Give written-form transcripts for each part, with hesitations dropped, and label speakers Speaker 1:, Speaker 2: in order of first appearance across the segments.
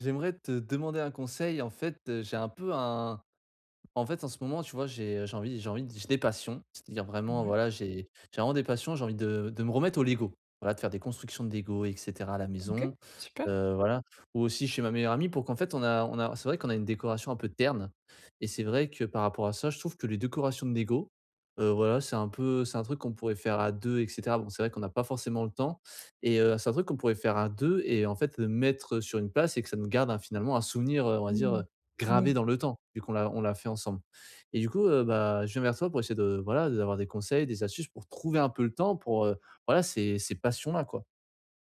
Speaker 1: J'aimerais te demander un conseil. J'ai un peu un en fait, en ce moment, tu vois, j'ai des passions. C'est-à-dire vraiment,
Speaker 2: Ouais,
Speaker 1: voilà, j'ai vraiment des passions, j'ai envie de me remettre au Lego. Voilà, de faire des constructions de Lego et cetera à la
Speaker 2: OK,
Speaker 1: maison,
Speaker 2: super.
Speaker 1: voilà. Ou aussi chez ma meilleure amie pour qu'en fait on a c'est vrai qu'on a une décoration un peu terne et c'est vrai que par rapport à ça, je trouve que les décorations de Lego, voilà, c'est un truc qu'on pourrait faire à 2, et cetera. Bon, c'est vrai qu'on n'a pas forcément le temps et c'est un truc qu'on pourrait faire à 2 et en fait, le mettre sur une place et que ça nous garde un finalement un souvenir, on va dire,
Speaker 2: Mmh.
Speaker 1: gravé
Speaker 2: Ouais.
Speaker 1: dans le temps, vu qu'on l'a fait ensemble. Et du coup, bah, je viens vers toi pour essayer de voilà, d'avoir des conseils, des astuces pour trouver un peu le temps pour, voilà, ces passions-là, quoi.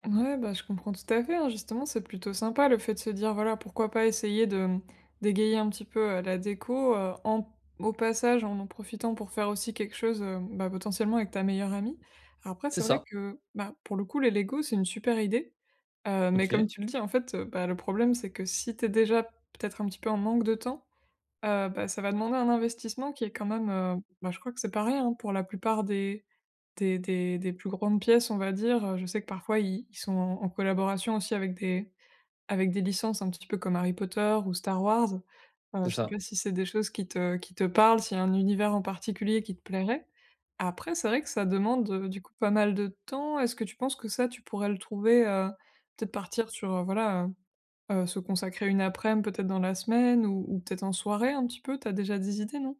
Speaker 2: Ouais, bah, je comprends tout à fait, hein. Justement, c'est plutôt sympa le fait de se dire, voilà, pourquoi pas essayer d'égayer un petit peu, la déco, en au passage, en profitant pour faire aussi quelque chose, bah, potentiellement avec ta meilleure amie. Après,
Speaker 1: C'est
Speaker 2: c'est vrai
Speaker 1: ça.
Speaker 2: que, bah, pour le coup, les Lego c'est une super idée, mais comme
Speaker 1: OK.
Speaker 2: tu le dis, en fait, bah, le problème, c'est que si t'es déjà peut-être un petit peu en manque de temps. Bah, ça va demander un investissement qui est quand même, bah, je crois que c'est pareil, hein, pour la plupart des plus grandes pièces, on va dire. Je sais que parfois ils sont en collaboration aussi avec des licences un petit peu comme Harry Potter ou Star Wars. Heu,
Speaker 1: C'est
Speaker 2: je sais
Speaker 1: ça.
Speaker 2: pas si c'est des choses qui te parlent, s'il y a un univers en particulier qui te plairait? Après c'est vrai que ça demande, du coup pas mal de temps. Est-ce que tu penses que ça tu pourrais le trouver, peut-être partir sur, voilà, se consacrer une après midi peut-être dans la semaine ou peut-être en soirée un petit peu? T'as déjà des idées, non?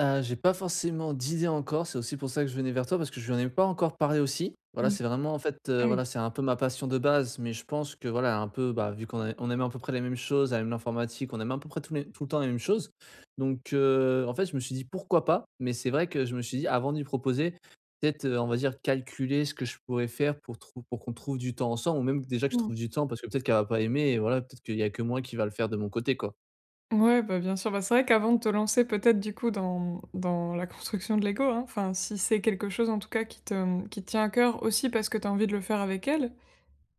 Speaker 1: J'ai pas forcément d'idée encore, c'est aussi pour ça que je venais vers toi parce que je lui en ai pas encore parlé aussi. Voilà,
Speaker 2: Oui.
Speaker 1: c'est vraiment en fait,
Speaker 2: Ah oui.
Speaker 1: voilà, c'est un peu ma passion de base, mais je pense que voilà, un peu, bah, vu qu'on a on aime à peu près les mêmes choses, on aime l'informatique, on aime à peu près tous les tout le temps les mêmes choses. Donc, en fait, je me suis dit: «Pourquoi pas?» mais c'est vrai que je me suis dit avant de lui proposer, peut-être, on va dire calculer ce que je pourrais faire pour trou pour qu'on trouve du temps ensemble ou même déjà que je
Speaker 2: Mmh.
Speaker 1: trouve du temps parce que peut-être qu'elle va pas aimer et voilà, peut-être qu'il y a que moi qui va le faire de mon côté, quoi.
Speaker 2: Ouais, bah, bien sûr. Bah, c'est vrai qu'avant de te lancer peut-être du coup dans la construction de Lego, hein, enfin si c'est quelque chose en tout cas qui te, qui te tient à cœur aussi parce que tu as envie de le faire avec elle.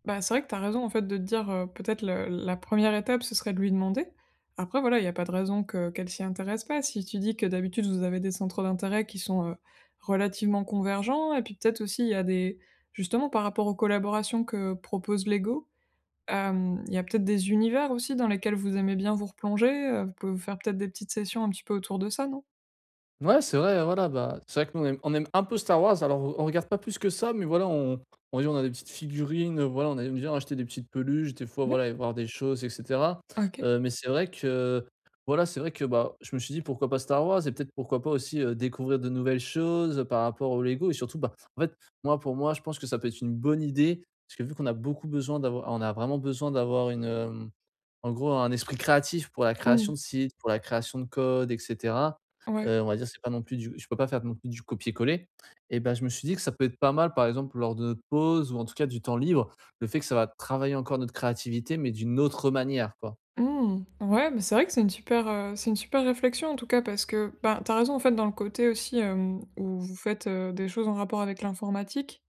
Speaker 2: Bah, c'est vrai que tu as raison en fait de te dire, peut-être le la première étape, ce serait de lui demander. Après voilà, il y a pas de raison que qu'elle s'y intéresse pas. Si tu dis que d'habitude vous avez des centres d'intérêt qui sont, relativement convergents et puis peut-être aussi il y a des justement par rapport aux collaborations que propose Lego, il y a peut-être des univers aussi dans lesquels vous aimez bien vous replonger, vous pouvez vous faire peut-être des petites sessions un petit peu autour de ça, non?
Speaker 1: Ouais, c'est vrai, voilà, bah, c'est vrai que nous, on aime un peu Star Wars, alors on regarde pas plus que ça, mais voilà, on va dire, on a des petites figurines, voilà, on aime bien acheter des petites peluches, des fois,
Speaker 2: Ouais.
Speaker 1: voilà, et voir des choses et cetera.
Speaker 2: OK.
Speaker 1: Mais c'est vrai que, voilà, c'est vrai que, bah, je me suis dit: «Pourquoi pas Star Wars?» et peut-être pourquoi pas aussi, découvrir de nouvelles choses, par rapport aux Lego et surtout, bah, en fait, moi, pour moi, je pense que ça peut être une bonne idée parce que vu qu'on a beaucoup besoin d'avoir on a vraiment besoin d'avoir une, en gros, un esprit créatif pour la création
Speaker 2: Mmh.
Speaker 1: de sites, pour la création de codes etc
Speaker 2: Ouais.
Speaker 1: On va dire c'est pas non plus du je peux pas faire non plus du copier-coller et ben je me suis dit que ça peut être pas mal, par exemple, lors de notre pause ou en tout cas du temps libre, le fait que ça va travailler encore notre créativité mais d'une autre manière, quoi.
Speaker 2: Mmh. Ouais, mais c'est vrai que c'est une super réflexion en tout cas parce que, ben, tu raison en fait dans le côté aussi, où vous faites, des choses en rapport avec l'informatique,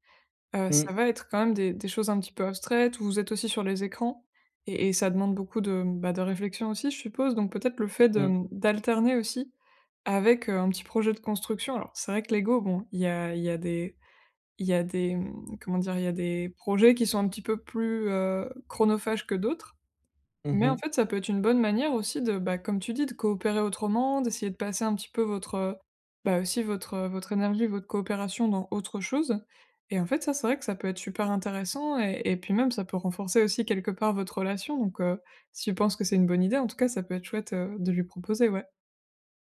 Speaker 1: Mmh,
Speaker 2: ça va être quand même des choses un petit peu abstraites où vous êtes aussi sur les écrans et ça demande beaucoup de, bah, de réflexion aussi je suppose donc peut-être le fait de,
Speaker 1: mmh.
Speaker 2: mmh, d'alterner aussi avec, un petit projet de construction. Alors c'est vrai que Lego bon, il y a des, comment dire? Il y a des projets qui sont un petit peu plus, chronophages que d'autres mais en
Speaker 1: Mmh
Speaker 2: fait, ça peut être une bonne manière aussi de, bah, comme tu dis, de coopérer autrement, d'essayer de passer un petit peu votre, bah, aussi votre, votre énergie, votre coopération dans autre chose et en fait, ça, c'est vrai que ça peut être super intéressant et puis même, ça peut renforcer aussi quelque part votre relation donc si tu penses que c'est une bonne idée, en tout cas, ça peut être chouette, de lui proposer, ouais.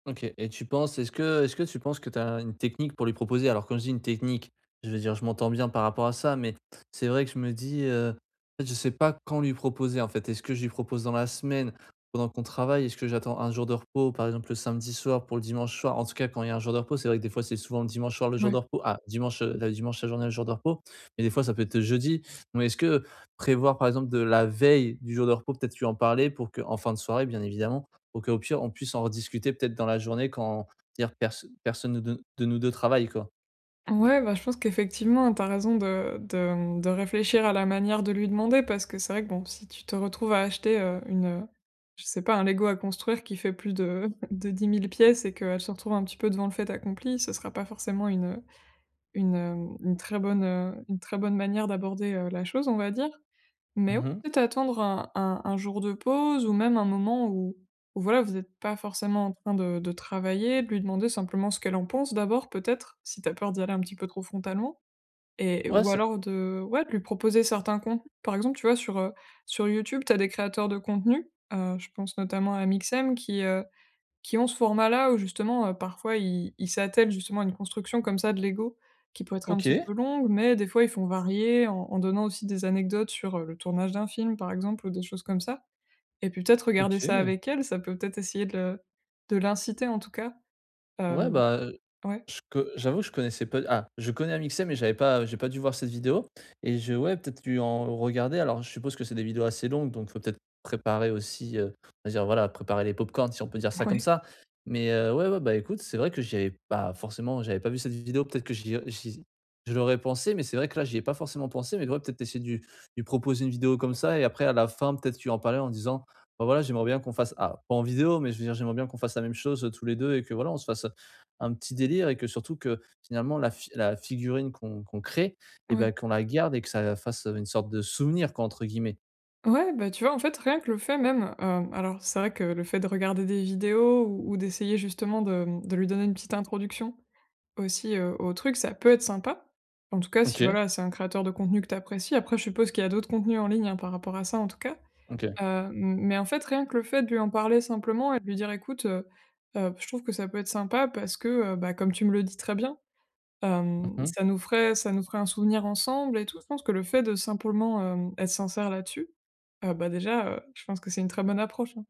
Speaker 1: OK et tu penses est-ce que tu penses que tu as une technique pour lui proposer? Alors quand je dis une technique, je veux dire, je m'entends bien par rapport à ça, mais c'est vrai que je me dis, en fait, je sais pas quand lui proposer, en fait. Est-ce que je lui propose dans la semaine, pendant qu'on travaille? Est-ce que j'attends un jour de repos, par exemple, le samedi soir pour le dimanche soir? En tout cas, quand il y a un jour de repos, c'est vrai que des fois, c'est souvent le dimanche soir, le jour de
Speaker 2: Ouais.
Speaker 1: repos. Ah, dimanche, la dimanche, la journée, le jour de repos, mais des fois, ça peut être jeudi. Donc est-ce que prévoir, par exemple, de la veille du jour de repos, peut-être lui en parler pour qu'en fin de soirée, bien évidemment, pour qu'au pire, on puisse en rediscuter peut-être dans la journée quand dire perso personne de nous 2 travaille, quoi.
Speaker 2: Ouais, bah, je pense qu'effectivement, t'as raison de réfléchir à la manière de lui demander parce que c'est vrai que, bon, si tu te retrouves à acheter, je sais pas, un Lego à construire qui fait plus de de 10 000 pièces et qu'elle se retrouve un petit peu devant le fait accompli, ce sera pas forcément une très bonne manière d'aborder, la chose, on va dire. Mais oui,
Speaker 1: Mmh
Speaker 2: peut-être attendre un jour de pause ou même un moment où voilà, vous n'êtes pas forcément en train de travailler, de lui demander simplement ce qu'elle en pense d'abord peut-être, si t'as peur d'y aller un petit peu trop frontalement et
Speaker 1: Ouais,
Speaker 2: ou
Speaker 1: c'est
Speaker 2: alors de ouais, de lui proposer certains contenus. Par exemple, tu vois, sur, sur YouTube, tu as des créateurs de contenu, je pense notamment à Mixem qui, qui ont ce format-là où justement, parfois ils s'attellent justement à une construction comme ça de Lego, qui peut être un petit
Speaker 1: OK,
Speaker 2: peu longue, mais des fois ils font varier en donnant aussi des anecdotes sur, le tournage d'un film par exemple ou des choses comme ça. Et puis peut-être regarder ça
Speaker 1: OK.
Speaker 2: avec elle, ça peut peut-être essayer de l'inciter en tout cas.
Speaker 1: Ouais,
Speaker 2: Hem,
Speaker 1: bah,
Speaker 2: ouais,
Speaker 1: Je co j'avoue que je connaissais pas ah, je connais Amixem, mais j'ai pas dû voir cette vidéo et je ouais, peut-être dû en regarder. Alors, je suppose que c'est des vidéos assez longues, donc faut peut-être préparer aussi, on va dire, voilà, préparer les pop-corns, si on peut dire ça comme
Speaker 2: ouais,
Speaker 1: ça. Mais, ouais, ouais, bah, écoute, c'est vrai que j'y avais pas forcément, j'avais pas vu cette vidéo, peut-être que j'y j'y je l'aurais pensé, mais c'est vrai que là, j'y ai pas forcément pensé, mais ouais, peut-être essayer de lui proposer une vidéo comme ça et après à la fin, peut-être tu en parler en disant: «Bah, voilà, j'aimerais bien qu'on fasse» ah, pas en vidéo, mais je veux dire, j'aimerais bien qu'on fasse la même chose, tous les 2 et que voilà, on se fasse, un petit délire et que surtout que finalement la figurine qu'on crée et
Speaker 2: ouais.
Speaker 1: ben qu'on la garde et que ça fasse, une sorte de «souvenir» quoi entre guillemets.
Speaker 2: Ouais, bah, tu vois, en fait, rien que le fait même, alors c'est vrai que le fait de regarder des vidéos ou d'essayer justement de lui donner une petite introduction, aussi, au truc, ça peut être sympa. En tout cas, si
Speaker 1: OK,
Speaker 2: voilà, c'est un créateur de contenu que tu apprécies. Après, je suppose qu'il y a d'autres contenus en ligne, hein, par rapport à ça, en tout cas.
Speaker 1: OK.
Speaker 2: Heu, mais en fait, rien que le fait de lui en parler simplement et de lui dire: «Écoute, je trouve que ça peut être sympa parce que, bah, comme tu me le dis très bien,
Speaker 1: Mmh
Speaker 2: ça nous ferait un souvenir ensemble et tout». Je pense que le fait de simplement, être sincère là-dessus, bah, déjà, je pense que c'est une très bonne approche, hein.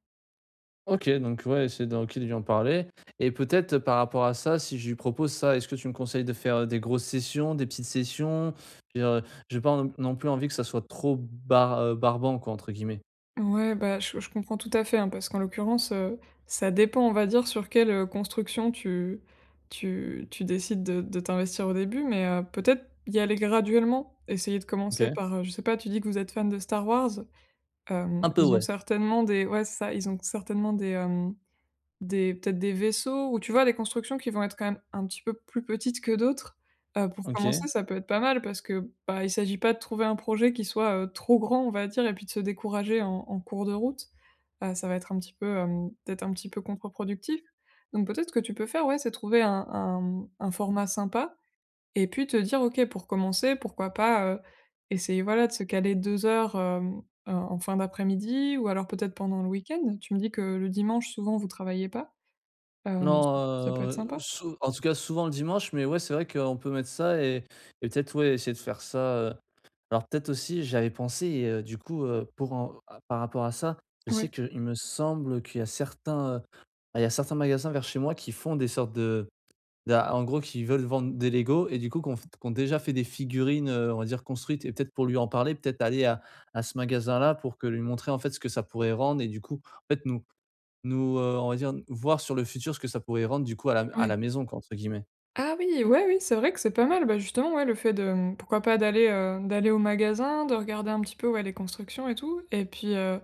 Speaker 1: OK, donc ouais, essayer de OK, de lui en parler et peut-être, par rapport à ça, si je lui propose ça, est-ce que tu me conseilles de faire, des grosses sessions, des petites sessions? Je veux dire, j'ai pas non plus envie que ça soit trop «barbant» quoi entre guillemets.
Speaker 2: Ouais, bah, je comprends tout à fait, hein, parce qu'en l'occurrence, ça dépend, on va dire, sur quelle, construction tu décides de t'investir au début, mais peut-être y aller graduellement. Essayer de commencer
Speaker 1: OK.
Speaker 2: par, je sais pas, tu dis que vous êtes fan de Star Wars,
Speaker 1: Un peu
Speaker 2: ils ont
Speaker 1: ouais.
Speaker 2: certainement des ouais, c'est ça, ils ont certainement euh, des peut-être des vaisseaux ou tu vois, des constructions qui vont être quand même un petit peu plus petites que d'autres. Pour commencer,
Speaker 1: OK.
Speaker 2: ça peut être pas mal parce que, bah, il s'agit pas de trouver un projet qui soit, trop grand, on va dire et puis de se décourager en cours de route. Ça va être un petit peu, peut-être un petit peu contre-productif. Donc peut-être que tu peux faire, ouais, c'est trouver un format sympa et puis te dire: «OK, pour commencer, pourquoi pas, essayer, voilà, de se caler 2 heures, en fin d'après-midi ou alors peut-être pendant le week-end?» Tu me dis que le dimanche, souvent, vous travaillez pas? Hem,
Speaker 1: Non,
Speaker 2: ça ça peut être sympa.
Speaker 1: sou en tout cas souvent le dimanche mais ouais, c'est vrai qu'on peut mettre ça et peut-être ouais, essayer de faire ça, euh, Alors peut-être aussi, j'avais pensé et du coup, pour en a par rapport à ça, je sais
Speaker 2: Ouais,
Speaker 1: qu'il me semble qu'il y a certains, bah, il y a certains magasins vers chez moi qui font des sortes de d'a en gros, qui veulent vendre des Lego et du coup, qu'on, ont déjà fait des figurines, on va dire construites et peut-être pour lui en parler, peut-être aller à ce magasin-là pour que lui montrer, en fait, ce que ça pourrait rendre et du coup, en fait, nous, on va dire, voir sur le futur ce que ça pourrait rendre, du coup, à
Speaker 2: ouais.
Speaker 1: la «maison», quoi, entre guillemets.
Speaker 2: Ah oui, ouais, oui, c'est vrai que c'est pas mal. Bah, justement, ouais, le fait de, pourquoi pas d'aller au magasin, de regarder un petit peu, ouais, les constructions et tout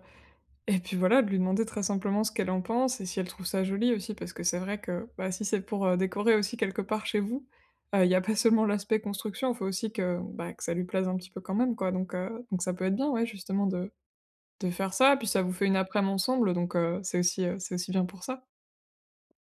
Speaker 2: et puis voilà, de lui demander très simplement ce qu'elle en pense et si elle trouve ça joli aussi parce que c'est vrai que, bah, si c'est pour, décorer aussi quelque part chez vous, il y a pas seulement l'aspect construction, il faut aussi bah, que ça lui plaise un petit peu quand même, quoi donc ça peut être bien, ouais, justement de faire ça puis ça vous fait une après-midi ensemble donc, c'est aussi bien pour ça.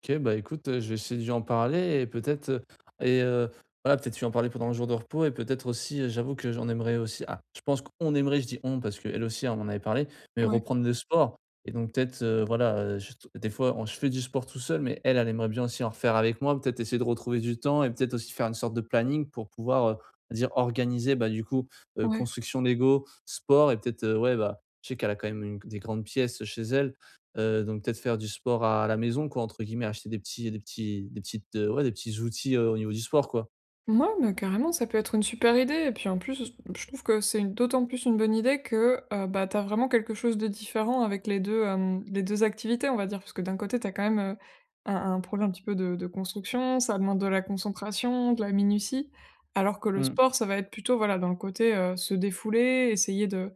Speaker 1: OK, bah, écoute, je vais essayer de lui en parler et peut-être, et heu, voilà, peut-être lui en parler pendant le jour de repos et peut-être aussi, j'avoue que j'en aimerais aussi ah, je pense qu'on aimerait, je dis on parce qu'elle aussi, elle m'en avait parlé, mais
Speaker 2: Ouais,
Speaker 1: reprendre le sport et donc peut-être, voilà, je des fois, on je fais du sport tout seul, mais elle, elle aimerait bien aussi en refaire avec moi, peut-être essayer de retrouver du temps et peut-être aussi faire une sorte de planning pour pouvoir, dire organiser, bah, du coup,
Speaker 2: ouais.
Speaker 1: construction Lego, sport et peut-être, ouais, bah, je sais qu'elle a quand même une des grandes pièces chez elle. Donc peut-être faire du sport à la maison quoi, entre guillemets, acheter des petites, ouais, des petits outils, au niveau du sport quoi.
Speaker 2: Moi, mais carrément, ça peut être une super idée et puis en plus, je trouve que c'est une d'autant plus une bonne idée que, bah, tu as vraiment quelque chose de différent avec les deux activités, on va dire. Parce que d'un côté, tu as quand même, un projet un petit peu de construction, ça demande de la concentration, de la minutie, alors que le
Speaker 1: Mmh
Speaker 2: sport, ça va être plutôt, voilà, dans le côté, se défouler, essayer de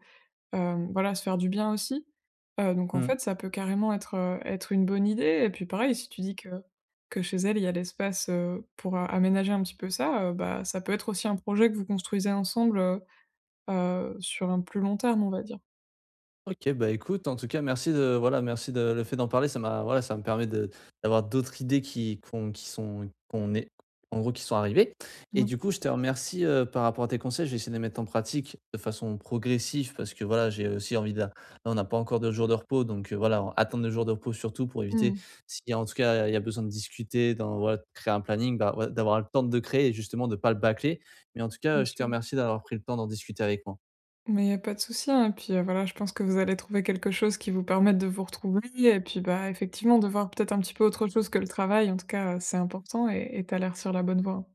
Speaker 2: Voilà, se faire du bien aussi. Donc en
Speaker 1: mh.
Speaker 2: fait, ça peut carrément être une bonne idée et puis pareil, si tu dis que chez elle, il y a l'espace, pour a aménager un petit peu ça, bah, ça peut être aussi un projet que vous construisez ensemble, sur un plus long terme, on va dire.
Speaker 1: OK, bah, écoute, en tout cas, merci de voilà, merci de le fait d'en parler, ça m'a voilà, ça me permet de d'avoir d'autres idées qui qu'on qui sont qu'on est en gros, qui sont arrivées et
Speaker 2: Ouais.
Speaker 1: du coup, je te remercie, par rapport à tes conseils. Je vais essayer de les mettre en pratique de façon progressive parce que, voilà, j'ai aussi envie de là, on n'a pas encore de jours de repos donc voilà, attendre le jour de repos surtout pour éviter
Speaker 2: Mmh.
Speaker 1: si en tout cas, il y a besoin de discuter, dans voilà, de créer un planning, bah, ouais, d'avoir le temps de le créer et justement de pas le bâcler mais en tout cas,
Speaker 2: Bien
Speaker 1: je te
Speaker 2: sûr.
Speaker 1: remercie d'avoir pris le temps d'en discuter avec moi.
Speaker 2: Mais il y a pas de souci, hein et puis, voilà, je pense que vous allez trouver quelque chose qui vous permette de vous retrouver et puis, bah, effectivement, de voir peut-être un petit peu autre chose que le travail. En tout cas, c'est important et tu as l'air sur la bonne voie.